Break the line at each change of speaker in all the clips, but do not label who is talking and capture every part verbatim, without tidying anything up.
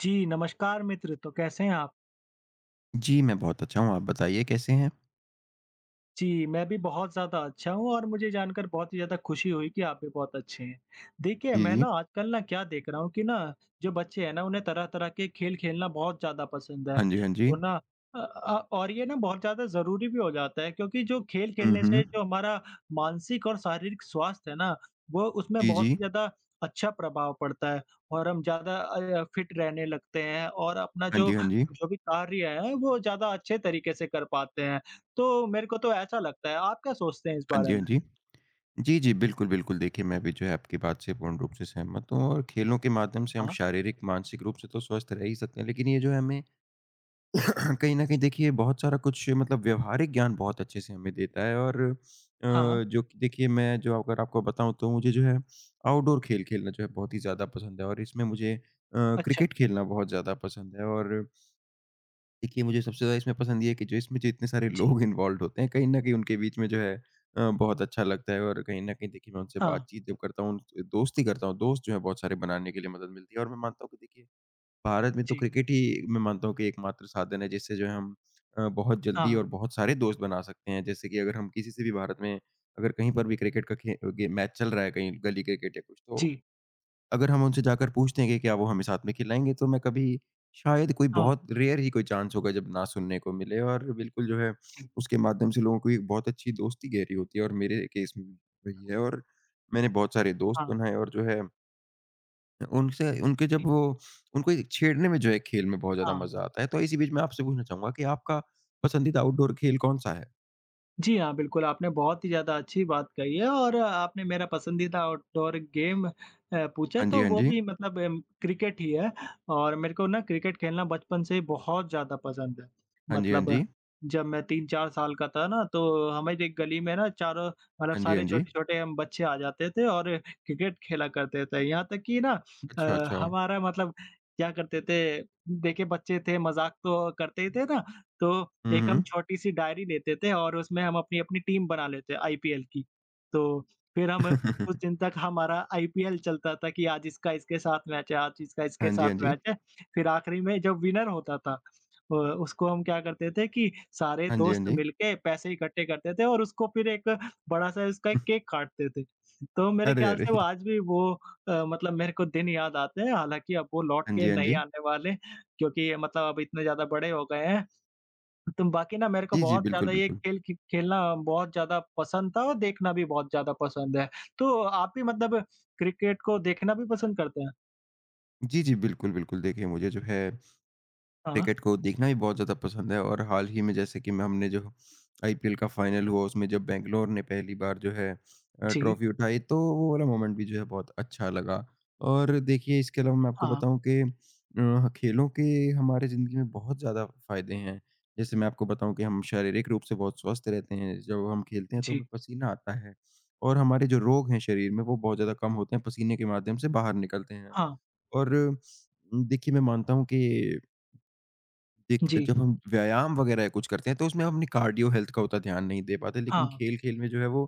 जी, नमस्कार मित्र। तो कैसे हैं आप?
जी, मैं बहुत अच्छा हूँ। आप बताइए कैसे हैं?
जी, मैं भी बहुत ज़्यादा अच्छा हूँ और मुझे जानकर बहुत ही ज़्यादा खुशी हुई कि आप भी बहुत अच्छे हैं। देखिए,
जी,
मैं
जी।
ना आजकल ना क्या देख रहा हूँ कि ना, जो बच्चे हैं ना, उन्हें तरह-तरह के खेल खेलना बहुत ज़्यादा पसंद है।
हाँ जी, हाँ जी।
वो ना अ अ, और ये ना बहुत ज़्यादा ज़रूरी भी हो जाता है क्योंकि जो खेल
हुँ,
खेलने से
हुँ।
जो हमारा मानसिक और शारीरिक स्वास्थ्य है ना, वो उसमें
जी,
बहुत ही
जी।
ज़्यादा अच्छा प्रभाव पड़ता है और हम ज़्यादा अ, फिट रहने लगते हैं और अपना
हाँ
जो
जी, हाँ जी।
जो भी कार्य है, वो ज़्यादा अच्छे तरीके से कर पाते हैं। तो मेरे को तो ऐसा लगता है, आप क्या सोचते हैं इस
हाँ
बारे
जी, हाँ
में?
जी। जी, जी, बिल्कुल, बिल्कुल। देखिए, मैं भी जो है आपकी बात से पूर्ण रूप से सहमत हूँ और खेलों के माध्यम से हम
हाँ।
शारीरिक, मानसिक रूप से तो स्वस्थ रह ही सकते हैं, लेकिन ये जो है हमें कहीं न कहीं देखिए बहुत सारा कुछ मतलब व्यावहारिक ज्ञान बहुत अच्छे से हमें देता है और अ,
हाँ,
जो कि देखिए मैं जो अगर आपको बताऊँ तो मुझे जो है आउटडोर खेल खेलना जो है बहुत ही ज़्यादा पसंद है और इसमें मुझे अ,
अच्छा,
क्रिकेट खेलना बहुत ज़्यादा पसंद है और देखिए, मुझे सबसे ज़्यादा इसमें पसंद ये है कि जो इसमें जो इतने सारे
जी,
लोग इन्वॉल्व्ड होते हैं, कहीं न कहीं उनके बीच में जो है अ, बहुत अच्छा लगता है और कहीं न कहीं देखिए मैं उनसे
हाँ,
बातचीत जब करता हूँ, उन दोस्ती करता हूँ, दोस्त जो है बहुत सारे बनाने के लिए मदद मिलती है और मैं मानता हूँ कि देखिए, भारत में तो
जी,
क्रिकेट ही मैं मानता हूँ कि एकमात्र साधन है जिससे जो है हम अ, बहुत जल्दी
हाँ,
और बहुत सारे दोस्त बना सकते हैं। जैसे कि अगर हम किसी से भी भारत में अगर कहीं पर भी क्रिकेट का खे गे मैच चल रहा है, कहीं गली क्रिकेट या कुछ तो
जी,
अगर हम उनसे जाकर पूछते हैं कि क्या वो हमें साथ में खिलाएँगे, तो मैं कभी शायद कोई
हाँ,
बहुत रेयर ही कोई चांस होगा जब ना सुनने को मिले और बिल्कुल जो है
जी,
उसके माध्यम से लोगों की एक बहुत अच्छी दोस्ती गहरी होती है और मेरे केस में वही है और मैंने बहुत सारे दोस्त
हाँ,
बनाए और जो है उनसे उनके
जी,
जब वो उनको एक छेड़ने में जो है खेल में बहुत ज़्यादा
हाँ। जी
मज़ा आता है। तो इसी बीच मैं आपसे पूछना चाहूँगा कि आपका पसंदीदा आउटडोर खेल कौन-सा है?
जी हाँ, बिल्कुल, आपने बहुत ही ज़्यादा अच्छी बात कही है और अ, आपने मेरा पसंदीदा आउटडोर गेम अ, पूछा
हाँ जी,
तो
हाँ
वो
जी।
भी मतलब अम, क्रिकेट ही है और मेरे को ना क्रिकेट खेलना बचपन से ही बहुत ज़्यादा पसंद है।
हाँ जी, हाँ
मतलब अ,
जी।
जब मैं तीन चार साल का था ना तो हमारी एक गली में ना चारों मतलब
हाँ जी,
सारे
हाँ जी।
छोटे-छोटे हम बच्चे आ जाते थे और क्रिकेट खेला करते थे। यहाँ तक कि ना अ,
अच्छा, अच्छा।
हमारा मतलब क्या करते थे देखिए बच्चे थे मज़ाक तो करते ही थे ना तो
हुँ,
एक हम
हुँ।
छोटी-सी डायरी लेते थे और उसमें हम अपनी-अपनी टीम बना लेते आईपीएल की। तो फिर हम उस दिन तक हमारा आईपीएल चलता था कि आज इसका इसके साथ मैच है, आज इसका इसके
हाँ जी,
साथ
हाँ जी।
मैच है। फिर आखिरी में जब विनर होता था अ, उसको हम क्या करते थे कि सारे
हाँ जी,
दोस्त
हाँ जी।
मिलके पैसे इकट्ठे करते थे और उसको फिर एक बड़ा-सा उसका एक केक काटते थे। तो मेरे
अरे,
ख्याल
अरे!
से वो आज भी वो अ, मतलब मेरे को दिन याद आते हैं, हालाँकि अब वो लौट
हाँ
के
जी, हाँ
नहीं
जी।
आने वाले क्योंकि ये मतलब अब इतने ज़्यादा बड़े हो गए हैं। तुम बाकी ना मेरे को
जी, जी,
बहुत
बिल्कुल,
ज़्यादा ये
बिल्कुल।
खेल खे खेलना बहुत ज़्यादा पसंद था और देखना भी बहुत ज़्यादा पसंद है। तो आप भी मतलब क्रिकेट को देखना भी पसंद करते हैं?
जी, जी, बिल्कुल, बिल्कुल। देखिए, मुझे जो है
हाँ,
क्रिकेट को देखना भी बहुत ज़्यादा पसंद है और हाल ही में जैसे कि मैं हमने जो आई पी एल का फाइनल हुआ उसमें जब बैंगलोर ने पहली बार जो है अ,
जी,
ट्रॉफी उठाई तो वो वाला मोमेंट भी जो है बहुत अच्छा लगा। और देखिए इसके अलावा मैं आपको
हाँ,
बताऊँ कि अ, खेलों के हमारे ज़िंदगी में बहुत ज़्यादा फ़ायदे हैं। जैसे मैं आपको बताऊँ कि हम शारीरिक रूप से बहुत स्वस्थ रहते हैं, जब हम खेलते हैं तो हमें
जी,
पसीना आता है और हमारे जो रोग हैं शरीर में वो बहुत ज़्यादा कम होते हैं, पसीने के माध्यम से बाहर निकलते हैं।
हाँ,
और अ, देखिए मैं मानता हूँ कि देख
जी,
जब हम व्यायाम वगैरह या कुछ करते हैं तो उसमें हम अपनी कार्डियो हेल्थ का उतना ध्यान नहीं दे पाते लेकिन
हाँ,
खेल-खेल में जो है वो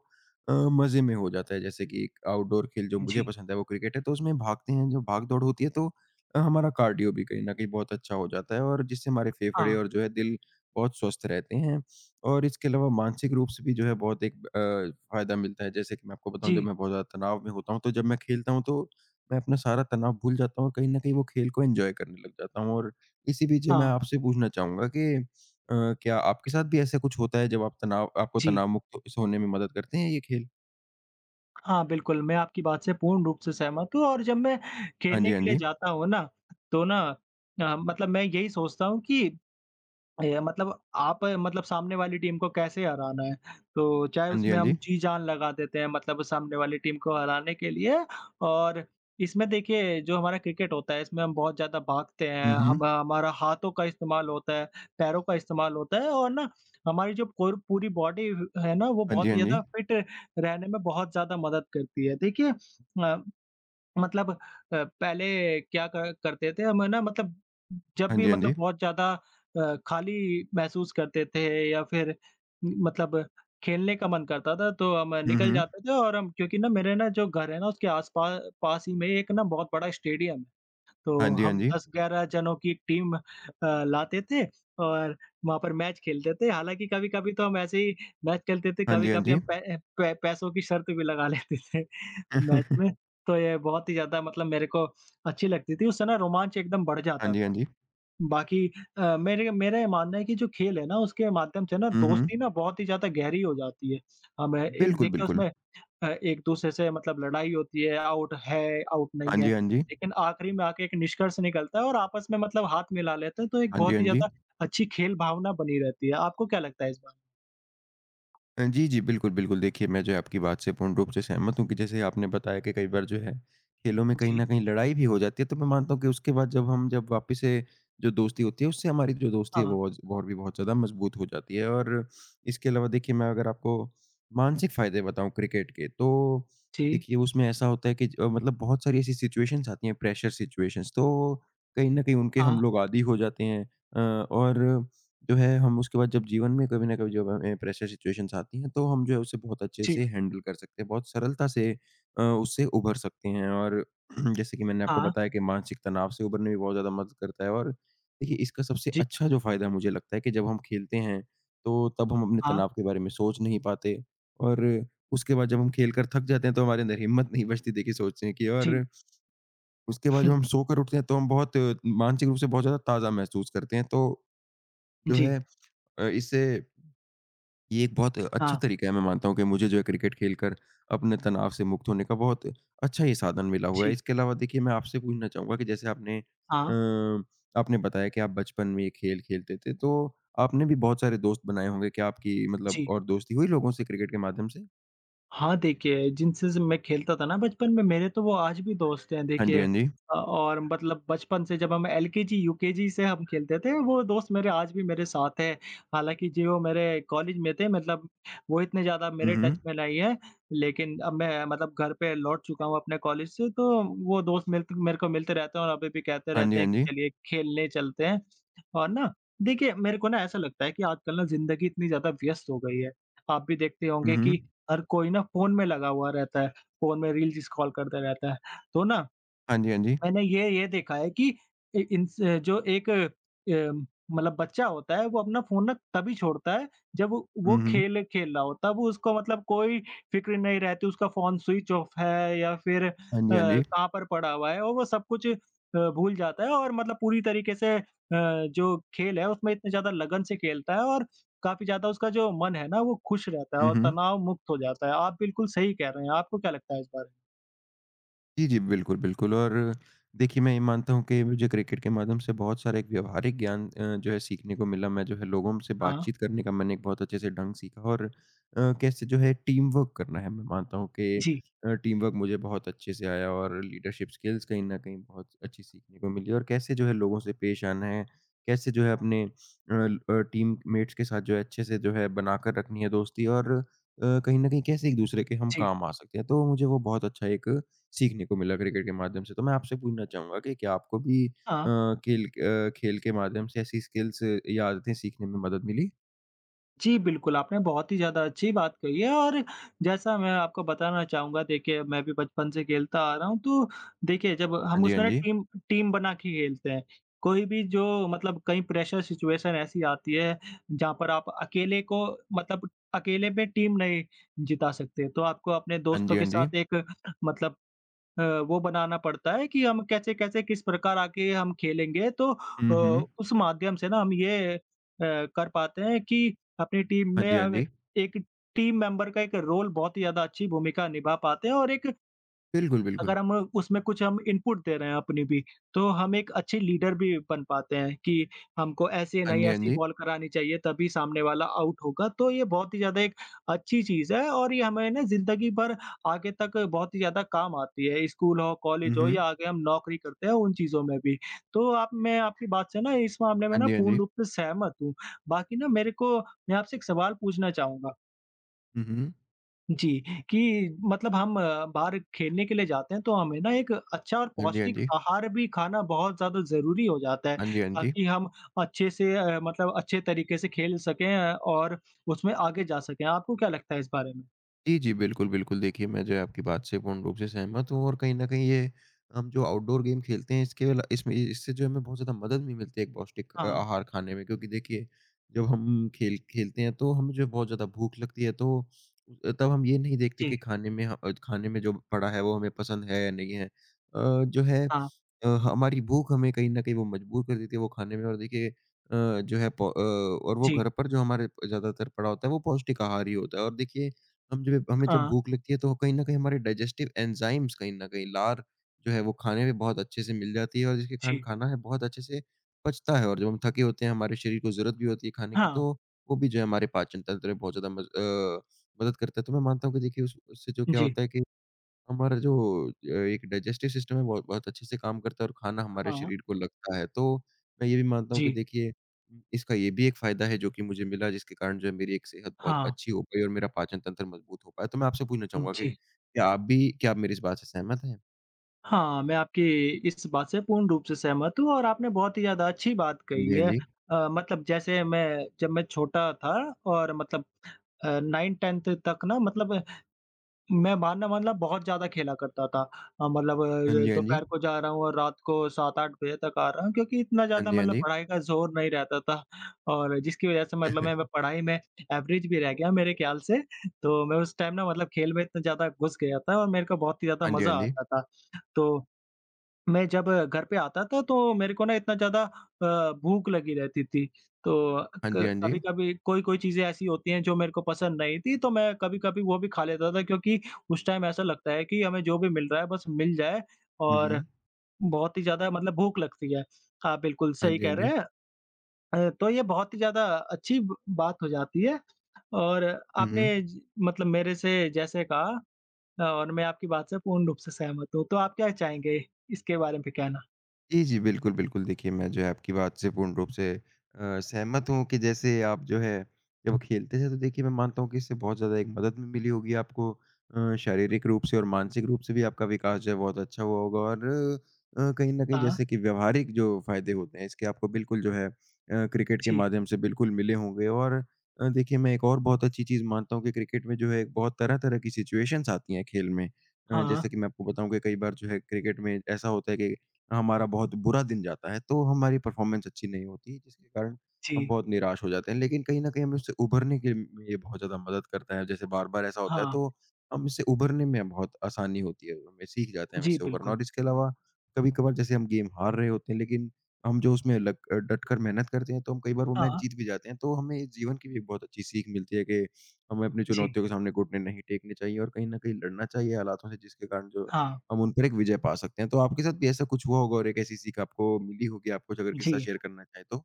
अ, मज़े में हो जाता है। जैसे कि एक आउटडोर खेल जो मुझे
जी,
पसंद है वो क्रिकेट है तो उसमें भागते हैं, जो भाग-दौड़ होती है तो अ, हमारा कार्डियो भी कहीं न कहीं बहुत अच्छा हो जाता है और जिससे हमारे फेफड़े
हाँ,
और जो है दिल बहुत स्वस्थ रहते हैं। और इसके अलावा मानसिक रूप से भी जो है बहुत एक अ, फ़ायदा मिलता है। जैसे कि मैं आपको बताऊँ जब
जी,
मैं बहुत ज़्यादा तनाव में होता हूँ तो जब मैं खेलता हूँ तो मैं अपना सारा तनाव भूल जाता हूँ और कहीं न कहीं वो खेल को एन्जॉय करने लग जाता हूँ और इसी बीच मैं
हाँ,
आपसे पूछना चाहूँगा कि अ, क्या आपके साथ भी ऐसा कुछ होता है जब आप तनाव आपको
जी।
तनाव मुक्त इस होने में मदद करते हैं ये खेल?
हाँ, बिल्कुल, मैं आपकी बात से पूर्ण रूप से सहमत हूँ और जब मैं
हाँ
खेलने
जी, हाँ
के लिए
जी।
जाता हूँ ना, तो ना अ, मतलब मैं यही सोचता हूँ कि ये मतलब आप मतलब सामने वाली टीम को कैसे हराना है, तो चाहे
हाँ जी,
उसमें
हाँ
हम
जी।
जी-जान लगा देते हैं मतलब सामने वाली टीम को हराने के लिए और इसमें देखिए जो हमारा क्रिकेट होता है, इसमें हम बहुत ज़्यादा भागते हैं,
हुँ, हुँ।
हम हमारा हाथों का इस्तेमाल होता है, पैरों का इस्तेमाल होता है और ना हमारी जो पूर पूरी बॉडी है ना, वो
हाँ जी,
बहुत ही
हाँ जी।
ज़्यादा फिट रहने में बहुत ज़्यादा मदद करती है। देखिए अ मतलब अ, पहले क्या कर करते थे हम है ना मतलब जब
हाँ
भी
जी, हाँ
मतलब
जी।
बहुत ज़्यादा अ, खाली महसूस करते थे या फिर मतलब खेलने का मन करता था तो हम
हुँ,
निकल
हुँ।
जाते थे और हम क्योंकि ना मेरे ना जो घर है ना उसके आस-पा पास पास ही में एक ना बहुत बड़ा स्टेडियम है। तो
हाँ जी, हाँ
हम
जी।
दस ग्यारह जनों की टीम अ, लाते थे और वहाँ पर मैच खेलते थे। हालाँकि कभी-कभी तो हम ऐसे ही मैच खेलते थे,
हाँ जी, हाँ
कभी-कभी
जी।
हम पै अ, पै पैसों की शर्त भी लगा लेते थे मैच में। तो ये बहुत ही ज़्यादा मतलब मेरे को अच्छी लगती थी, उससे ना रोमांच एकदम बढ़
हाँ
जाता
जी, हाँ
था।
जी।
बाकी अ, मेरे मेरा ये मानना है कि जो खेल है ना उसके माध्यम से ना
हुँ, हुँ।
दोस्ती ना बहुत ही ज़्यादा गहरी हो जाती है। हम एक
बिल्कुल,
देखिए
बिल्कुल।
उसमें अ, एक-दूसरे से मतलब लड़ाई होती है, आउट है, आउट नहीं
हाँ
है।
जी, हाँ जी।
लेकिन आखिरी में आके एक निष्कर्ष निकलता है और आपस में मतलब हाथ मिला लेते हैं, तो एक
हाँ जी,
बहुत
हाँ
ही
जी।
ज़्यादा अच्छी खेल भावना बनी रहती है। आपको क्या लगता है इस बारे में?
अ, जी, जी। बिल्कुल, बिल्कुल। देखिए, मैं जो है आपकी बात से पूर्ण रूप से सहमत हूँ कि जैसे आपने बताया कि कई बार जो है, खेलों में कहीं
जी,
न कहीं लड़ाई भी हो जाती है, तो मैं मानता हूँ कि उसके बाद जब हम जब वापस से जो दोस्ती होती है, उससे हमारी जो दोस्ती है
हाँ,
वो ज और भी बहुत ज़्यादा मजबूत हो जाती है। और इसके अलावा देखिए मैं अगर आपको मानसिक फ़ायदे बताऊँ क्रिकेट के, तो
जी,
देखिए उसमें ऐसा होता है कि ज मतलब बहुत सारी ऐसी सिचुएशंस आती हैं, प्रेशर सिचुएशंस, तो कहीं न कहीं उनके हम
हाँ,
लोग आदी हो जाते हैं। अ, और जो है हम उसके बाद जब जीवन में कभी ना कभी जब हमें प्रेशर सिचुएशंस आती हैं तो हम जो है उसे बहुत अच्छे
जी,
से हैंडल कर सकते हैं, बहुत सरलता से अ, उससे उभर सकते हैं और जैसे कि मैंने आपको
हाँ,
बताया कि मानसिक तनाव से उभरने में बहुत ज़्यादा मदद करता है और देखिए इसका सबसे
जी,
अच्छा जो फ़ायदा मुझे लगता है कि जब हम खेलते हैं तो तब हम अपने
हाँ,
तनाव के बारे में सोच नहीं पाते और उसके बाद जब हम खेल कर थक जाते हैं तो हमारे अंदर हिम्मत नहीं बचती देखिए सोचने की और
जी,
उसके बाद जब
हुँ,
हम सोकर उठते हैं तो हम बहुत अ, मानसिक रूप से बहुत ज़्यादा ताज़ा महसूस करते हैं तो जो
जी,
है अ, इससे ये एक बहुत
हाँ,
अच्छा तरीका है मैं मानता हूँ कि मुझे जो है क्रिकेट खेलकर अपने तनाव से मुक्त होने का बहुत अच्छा ये साधन मिला हुआ है।
जी,
इसके अलावा देखिए मैं आपसे पूछना चाहूँगा कि जैसे आपने अ,
हाँ,
आपने बताया कि आप बचपन में ये खेल खेलते थे, तो आपने भी बहुत सारे दोस्त बनाए होंगे क्या आपकी मतलब
जी।
और दोस्ती हुई लोगों से क्रिकेट के माध्यम से?
हाँ, देखिए, जिनसे ज़ मैं खेलता था ना बचपन में, मेरे तो वो आज भी दोस्त हैं,
हाँ जी,
देखिए।
हाँ जी।
अ, और मतलब बचपन से जब हम एलकेजी, यूकेजी से हम खेलते थे, वो दोस्त मेरे आज भी मेरे साथ हैं। हालाँकि जी, वो मेरे कॉलेज में थे, मतलब वो इतने ज़्यादा
हुँ,
मेरे टच
हुँ।
में नहीं है, लेकिन अब मैं मतलब घर पे लौट चुका हूँ अपने कॉलेज से, तो वो दोस्त मिलते मेरे को मिलते रहते हैं और अभी भी कहते
हाँ जी,
रहते
हाँ
हैं कि
जी।
चलिए खेलने चलते हैं। और ना देखिए, मेरे को ना ऐसा लगता है कि आजकल ना ज़िंदगी इतनी ज़्यादा व्यस्त हो गई है। आप भी देखते
हुँ,
होंगे
हुँ।
कि हर कोई ना फ़ोन में लगा हुआ रहता है, फ़ोन में रील्स स्क्रॉल करते रहता है। तो ना
हाँ जी, हाँ जी।
मैंने ये ये देखा है कि इ इंस जो एक अ, मतलब बच्चा होता है, वो अपना फ़ोन ना तभी छोड़ता है जब वो वो
हुँ, हुँ।
खेल खेल रहा हो, तब उसको मतलब कोई फ़िक्र नहीं रहती, उसका फ़ोन स्विच ऑफ है या फिर अ,
हाँ जी, हाँ जी।
कहाँ पर पड़ा हुआ है और वो सब कुछ अ, भूल जाता है और मतलब पूरी तरीके से अ, जो खेल है उसमें इतने ज़्यादा लगन से खेलता है और काफ़ी ज़्यादा उसका जो मन है ना, वो खुश रहता है
हुँ,
और
हुँ।
तनाव मुक्त हो जाता है। आप बिल्कुल सही कह रहे हैं, आपको क्या लगता है इस बारे में?
जी, जी। बिल्कुल, बिल्कुल और देखिए, मैं ये मानता हूँ कि मुझे क्रिकेट के माध्यम से बहुत सारा एक व्यावहारिक ज्ञान अ, जो है सीखने को मिला। मैं जो है लोगों से
हाँ।
बातचीत करने का मैंने एक बहुत अच्छे से ढंग सीखा और अ, कैसे जो है टीम वर्क करना है। मैं मानता हूँ कि
जी,
अ, टीम वर्क मुझे बहुत अच्छे से आया और लीडरशिप स्किल्स कहीं न कहीं बहुत अच्छी सीखने को मिली और कैसे जो है लोगों से पेश आना है, कैसे जो है अपने अ ल- अ, टीममेट्स के साथ जो है अच्छे से जो है बनाकर रखनी है दोस्ती और अ, कहीं न कहीं कैसे एक-दूसरे के हम
जी।
काम आ सकते हैं। तो मुझे वो बहुत अच्छा एक सीखने को मिला क्रिकेट के माध्यम से। तो मैं आपसे पूछना चाहूँगा कि क्या आपको भी अ,
हाँ।
खेल अ, खेल के माध्यम से ऐसी स्किल्स या आदतें सीखने में मदद मिली?
जी, बिल्कुल, आपने बहुत ही ज़्यादा अच्छी बात कही है और जैसा मैं आपको बताना चाहूँगा देखिए मैं भी बचपन से खेलता आ रहा हूँ, तो देखिए जब हम
हाँ जी, हाँ
उसमें ना
जी।
टीम टीम बना के खेलते हैं। कोई भी जो मतलब कहीं प्रेशर सिचुएशन ऐसी आती है जहाँ पर आप अकेले को मतलब अकेले पे टीम नहीं जिता सकते, तो आपको अपने
हाँ
दोस्तों
जी,
के
हाँ जी।
साथ एक मतलब अ, वो बनाना पड़ता है कि हम कैसे-कैसे किस प्रकार आके हम खेलेंगे तो
हुँ,
अ,
हुँ।
उस माध्यम से ना हम ये अ, कर पाते हैं कि अपनी टीम
हाँ
में
जी, हाँ
अब
जी।
एक टीम मेंबर का एक रोल बहुत ही ज़्यादा अच्छी भूमिका निभा पाते हैं और एक
बिल्कुल, बिल्कुल।
अगर हम उसमें कुछ हम इनपुट दे रहे हैं अपनी भी, तो हम एक अच्छे लीडर भी बन पाते हैं कि हमको ऐसे
हाँ
नहीं
जी, हाँ
ऐसी
जी।
बॉल करानी चाहिए तभी सामने वाला आउट होगा। तो ये बहुत ही ज़्यादा एक अच्छी चीज़ है और ये हमें ना ज़िंदगी भर आगे तक बहुत ही ज़्यादा काम आती है। स्कूल हो, कॉलेज
हुँ,
हो
हुँ।
या आगे हम नौकरी करते हैं उन चीज़ों में भी। तो आप मैं आपकी बात से ना इस मामले में
हाँ
ना
जी, हाँ
पूर्ण
जी।
रूप से सहमत हूँ। बाकी ना मेरे को मैं आपसे एक सवाल पूछना चाहूँगा?
हुँ, हुँ।
जी, कि मतलब हम अ, बाहर खेलने के लिए जाते हैं तो हमें ना एक अच्छा और
हाँ जी, हाँ
पौष्टिक
जी।
आहार भी खाना बहुत ज़्यादा ज़रूरी हो जाता है,
हाँ जी, हाँ जी।
ताकि हम अच्छे से अ, मतलब अच्छे तरीके से खेल सकें अ, और उसमें आगे जा सकें। आपको क्या लगता है इस बारे में?
जी, जी। बिल्कुल, बिल्कुल। देखिए, मैं जो है आपकी बात से पूर्ण रूप से सहमत हूँ और कहीं न कहीं ये हम जो आउटडोर गेम खेलते हैं इसके अला इसमें इससे जो है हमें बहुत ज़्यादा मदद भी मिलती है एक पौष्टिक अ,
हाँ,
आहार खाने में क्योंकि देखिए, जब हम खेल खेलते हैं तो हमें जो है बहुत ज़्यादा भूख लगती है तो अ, तब हम ये नहीं देखते
जी,
कि खाने में ह अ, खाने में जो पड़ा है वो हमें पसंद है या नहीं है। अ, जो है
हाँ,
अ, हमारी भूख हमें कहीं न कहीं वो मजबूर कर देती है वो खाने में और देखिए अ, जो है पौ अ, और वो
जी,
घर पर जो हमारे प ज़्यादातर पड़ा होता है वो पौष्टिक आहार ही होता है और देखिए हम जब हमें जब
हाँ,
भूख लगती है तो कहीं न कहीं हमारे डाइजेस्टिव एंजाइम्स कहीं न कहीं लार जो है वो खाने में बहुत अच्छे से मिल जाती है और जिसके कारण
जी,
खाना है बहुत अच्छे से पचता है और जब हम थके होते हैं हमारे शरीर को ज़रूरत भी होती है खाने की
हाँ,
तो वो भी जो है हमारे पाचन तंत्र में बहुत ज़्यादा मज अ, मदद करता है। तो मैं मानता हूँ कि देखिए उस उससे जो क्या
जी,
होता है कि हमारा जो अ, एक डाइजेस्टिव सिस्टम है वो बहुत अच्छे से काम करता है और खाना हमारे
हाँ,
शरीर को लगता है। तो मैं ये भी मानता हूँ कि
जी,
देखिए इसका ये भी एक फ़ायदा है जो कि मुझे मिला जिसके कारण जो है मेरी एक सेहत बहुत
हाँ,
अच्छी हो पाई और मेरा पाचन तंत्र मजबूत हो पाया। तो मैं आपसे पूछना चाहूँगा कि
जी।
क्या आप भी क्या आप मेरी इस बात से सहमत हैं?
हाँ, मैं आपकी इस बात से पूर्ण रूप से सहमत हूँ और आपने बहुत ही ज़्यादा अच्छी बात
हाँ
कही
जी, हाँ
है।
जी।
अ, मतलब जैसे मैं जब मैं छोटा था और मतलब अ, नाइंथ-टेंथ तक ना मतलब मैं मानना मतलब बहुत ज़्यादा खेला करता था। अ, मतलब
हाँ
अ,
जी, हाँ जी।
दोपहर को जा रहा हूँ और रात को सात आठ बजे तक आ रहा हूँ क्योंकि इतना
हाँ
ज़्यादा
जी, हाँ
मतलब
जी।
पढ़ाई का ज़ोर नहीं रहता था और जिसकी वज़ह से मतलब मैं मैं पढ़ाई में एवरेज भी रह गया मेरे ख़्याल से। तो मैं उस टाइम ना मतलब खेल में इतना ज़्यादा घुस गया था और मेरे को बहुत ही ज़्यादा
हाँ जी, हाँ
मज़ा
जी।
आता था। तो मैं जब घर पे आता था तो मेरे को ना इतना ज़्यादा अ, भूख लगी रहती थी। तो
हाँ जी,
क
हाँ जी।
कभी-कभी कोई-कोई चीज़ें ऐसी होती हैं जो मेरे को पसंद नहीं थी तो मैं कभी-कभी वो भी खा लेता था क्योंकि उस टाइम ऐसा लगता है कि हमें जो भी मिल रहा है बस मिल जाए
हुँ,
और
हुँ।
बहुत ही ज़्यादा मतलब भूख लगती है। आप बिल्कुल
हाँ
सही
जी,
कह
हाँ जी।
रहे हैं। अ, तो ये बहुत ही ज़्यादा अच्छी ब बात हो जाती है और
हुँ,
आपने
हुँ।
ज मतलब मेरे से जैसे कहा और मैं आपकी बात से पूर्ण रूप से सहमत हूँ। तो आप क्या चाहेंगे इसके बारे में कहना?
जी, जी। बिल्कुल, बिल्कुल। देखिए, मैं जो है आपकी बात से पूर्ण रूप से अ, सहमत हूँ कि जैसे आप जो है जब खेलते थे तो देखिए मैं मानता हूँ कि इससे बहुत ज़्यादा एक मदद भी मिली होगी आपको अ, शारीरिक रूप से और मानसिक रूप से भी आपका विकास जो है बहुत अच्छा हुआ होगा और अ, कहीं न कहीं
हाँ।
जैसे कि व्यावहारिक जो फ़ायदे होते हैं इसके आपको बिल्कुल जो है अ, क्रिकेट के
जी,
माध्यम से बिल्कुल मिले होंगे और अ, देखिए मैं एक और बहुत अच्छी चीज़ मानता हूँ कि क्रिकेट में जो है एक बहुत तरह-तरह की सिचुएशंस आती हैं खेल में। अ,
हाँ,
जैसे कि मैं आपको बताऊँ कि कई बार जो है क्रिकेट में ऐसा होता है कि हमारा बहुत बुरा दिन जाता है, तो हमारी परफ़ॉर्मेंस अच्छी नहीं होती, जिसके कारण हम
जी,
बहुत निराश हो जाते हैं। लेकिन कहीं न कहीं हमें उससे उभरने के में ये बहुत ज़्यादा मदद करता है। जैसे बार-बार ऐसा होता है,
हाँ,
तो हम इससे उभरने में बहुत आसानी होती है, हमें सीख जाते हैं हम
जी,
इससे उभरना।
बिल्कुल।
और इसके अलावा कभी-कभार जैसे हम गेम हार रहे होते हैं, लेकिन हम जो उसमें लग अ, डट कर मेहनत करते हैं, तो हम कई बार वो मैच
हाँ,
जीत भी जाते हैं। तो हमें इस जीवन की भी एक बहुत अच्छी सीख मिलती है कि हमें अपनी
जी,
चुनौतियों के सामने घुटने नहीं टेकने चाहिए और कहीं न कहीं लड़ना चाहिए हालातों से, जिसके कारण जो
हाँ,
हम उन पर एक विजय पा सकते हैं। तो आपके साथ भी ऐसा कुछ हुआ होगा और एक ऐसी सीख आपको मिली होगी, आप कुछ अगर किस्सा
जी।
शेयर करना चाहें तो?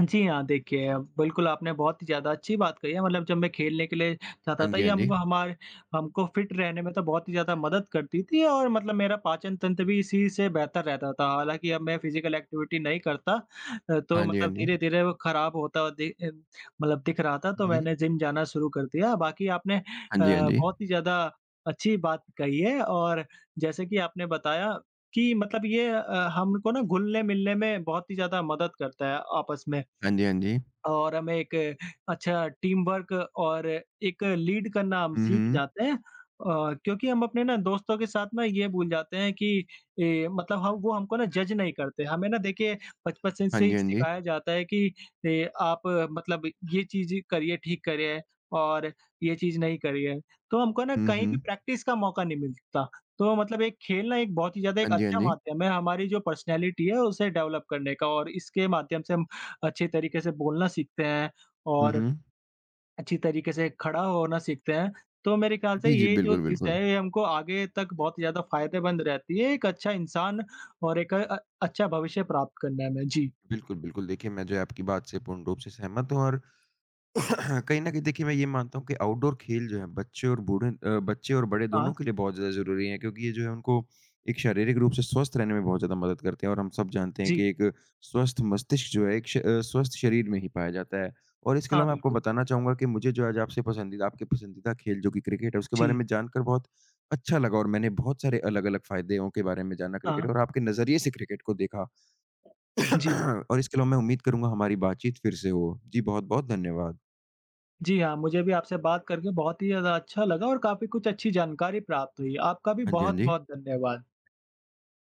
जी हाँ, देखिए, बिल्कुल आपने बहुत ही ज़्यादा अच्छी बात कही है मतलब जब मैं खेलने के लिए जाता
हाँ
था
जी,
ये
हाँ जी।
हमको हमारे हमको फिट रहने में तो बहुत ही ज़्यादा मदद करती थी और मतलब मेरा पाचन तंत्र भी इसी से बेहतर रहता था। हालाँकि अब मैं फिज़िकल एक्टिविटी नहीं करता अ, तो
हाँ जी, हाँ
मतलब
जी।
धीरे-धीरे वो ख़राब होता हुआ दि अ, मतलब दिख रहा था तो
हुँ।
मैंने जिम जाना शुरू कर दिया। बाकी आपने अ,
हाँ जी, हाँ जी।
बहुत ही ज़्यादा अच्छी बात कही है और जैसे कि आपने बताया कि मतलब ये अ, हमको ना घुलने-मिलने में बहुत ही ज़्यादा मदद करता है आपस में।
हाँ जी, हाँ जी।
और हमें एक अच्छा टीम वर्क और एक लीड करना हम
हुँ,
सीख
हुँ।
जाते हैं। अ, क्योंकि हम अपने ना दोस्तों के साथ ना ये भूल जाते हैं कि ए, मतलब हम वो हमको ना जज नहीं करते। हमें ना देखिए बचपन से
हाँ
से ही
जी, हाँ जी।
सिखाया जाता है कि ए, आप अ, मतलब ये चीज़ करिए, ठीक करिए और ये चीज़ नहीं करिए। तो हमको ना
हुँ,
कहीं भी
हुँ।
प्रैक्टिस का मौका नहीं मिलता। तो मतलब एक खेलना एक बहुत ही ज़्यादा एक
हाँ जी, हाँ
अच्छा
जी।
माध्यम है हमारी जो पर्सनैलिटी है उसे डेवलप करने का और इसके माध्यम से हम अच्छे तरीके से बोलना सीखते हैं
हुँ,
और
हुँ।
अच्छी तरीके से खड़ा होना सीखते हैं। तो मेरे ख्याल से
जी, जी,
ये जो
बिल्कुल,
चीज़
बिल्कुल।
है ये हमको आगे तक बहुत ज़्यादा फ़ायदेमंद रहती है, एक अच्छा इंसान और एक अ, अच्छा भविष्य प्राप्त करने में। जी,
बिल्कुल, बिल्कुल। देखिए, मैं जो है आपकी बात से पूर्ण रूप से सहमत हूँ और कहीं न कहीं देखिए मैं ये मानता हूँ कि आउटडोर खेल जो हैं बच्चे और बूढ़े अ, बच्चे और बड़े
हाँ,
दोनों के लिए बहुत ज़्यादा ज़रूरी हैं क्योंकि ये जो है उनको एक शारीरिक रूप से स्वस्थ रहने में बहुत ज़्यादा मदद करते हैं और हम सब जानते हैं
जी,
कि एक स्वस्थ मस्तिष्क जो है एक श अ, स्वस्थ शरीर में ही पाया जाता है। और इसके
हाँ,
अलावा मैं आपको
बिल्कुल।
बताना चाहूँगा कि मुझे जो आज आपसे पसंदीदा आपके पसंदीदा खेल जो कि क्रिकेट है उसके बारे
जी,
में जानकर बहुत अच्छा लगा और मैंने बहुत सारे अलग-अलग फ़ायदों के बारे में जाना
हाँ,
क्रिकेट और आपके नज़रिए से क्रिकेट को देखा।
जी।
और इसके अलावा मैं उम्मीद करूँगा हमारी बातचीत फिर से हो। जी बहुत-बहुत धन्यवाद।
जी हाँ, मुझे भी आपसे बात करके बहुत ही ज़्यादा अच्छा लगा और काफ़ी कुछ अच्छी जानकारी प्राप्त हुई। आपका भी
हाँ जी, हाँ जी।
बहुत-बहुत धन्यवाद।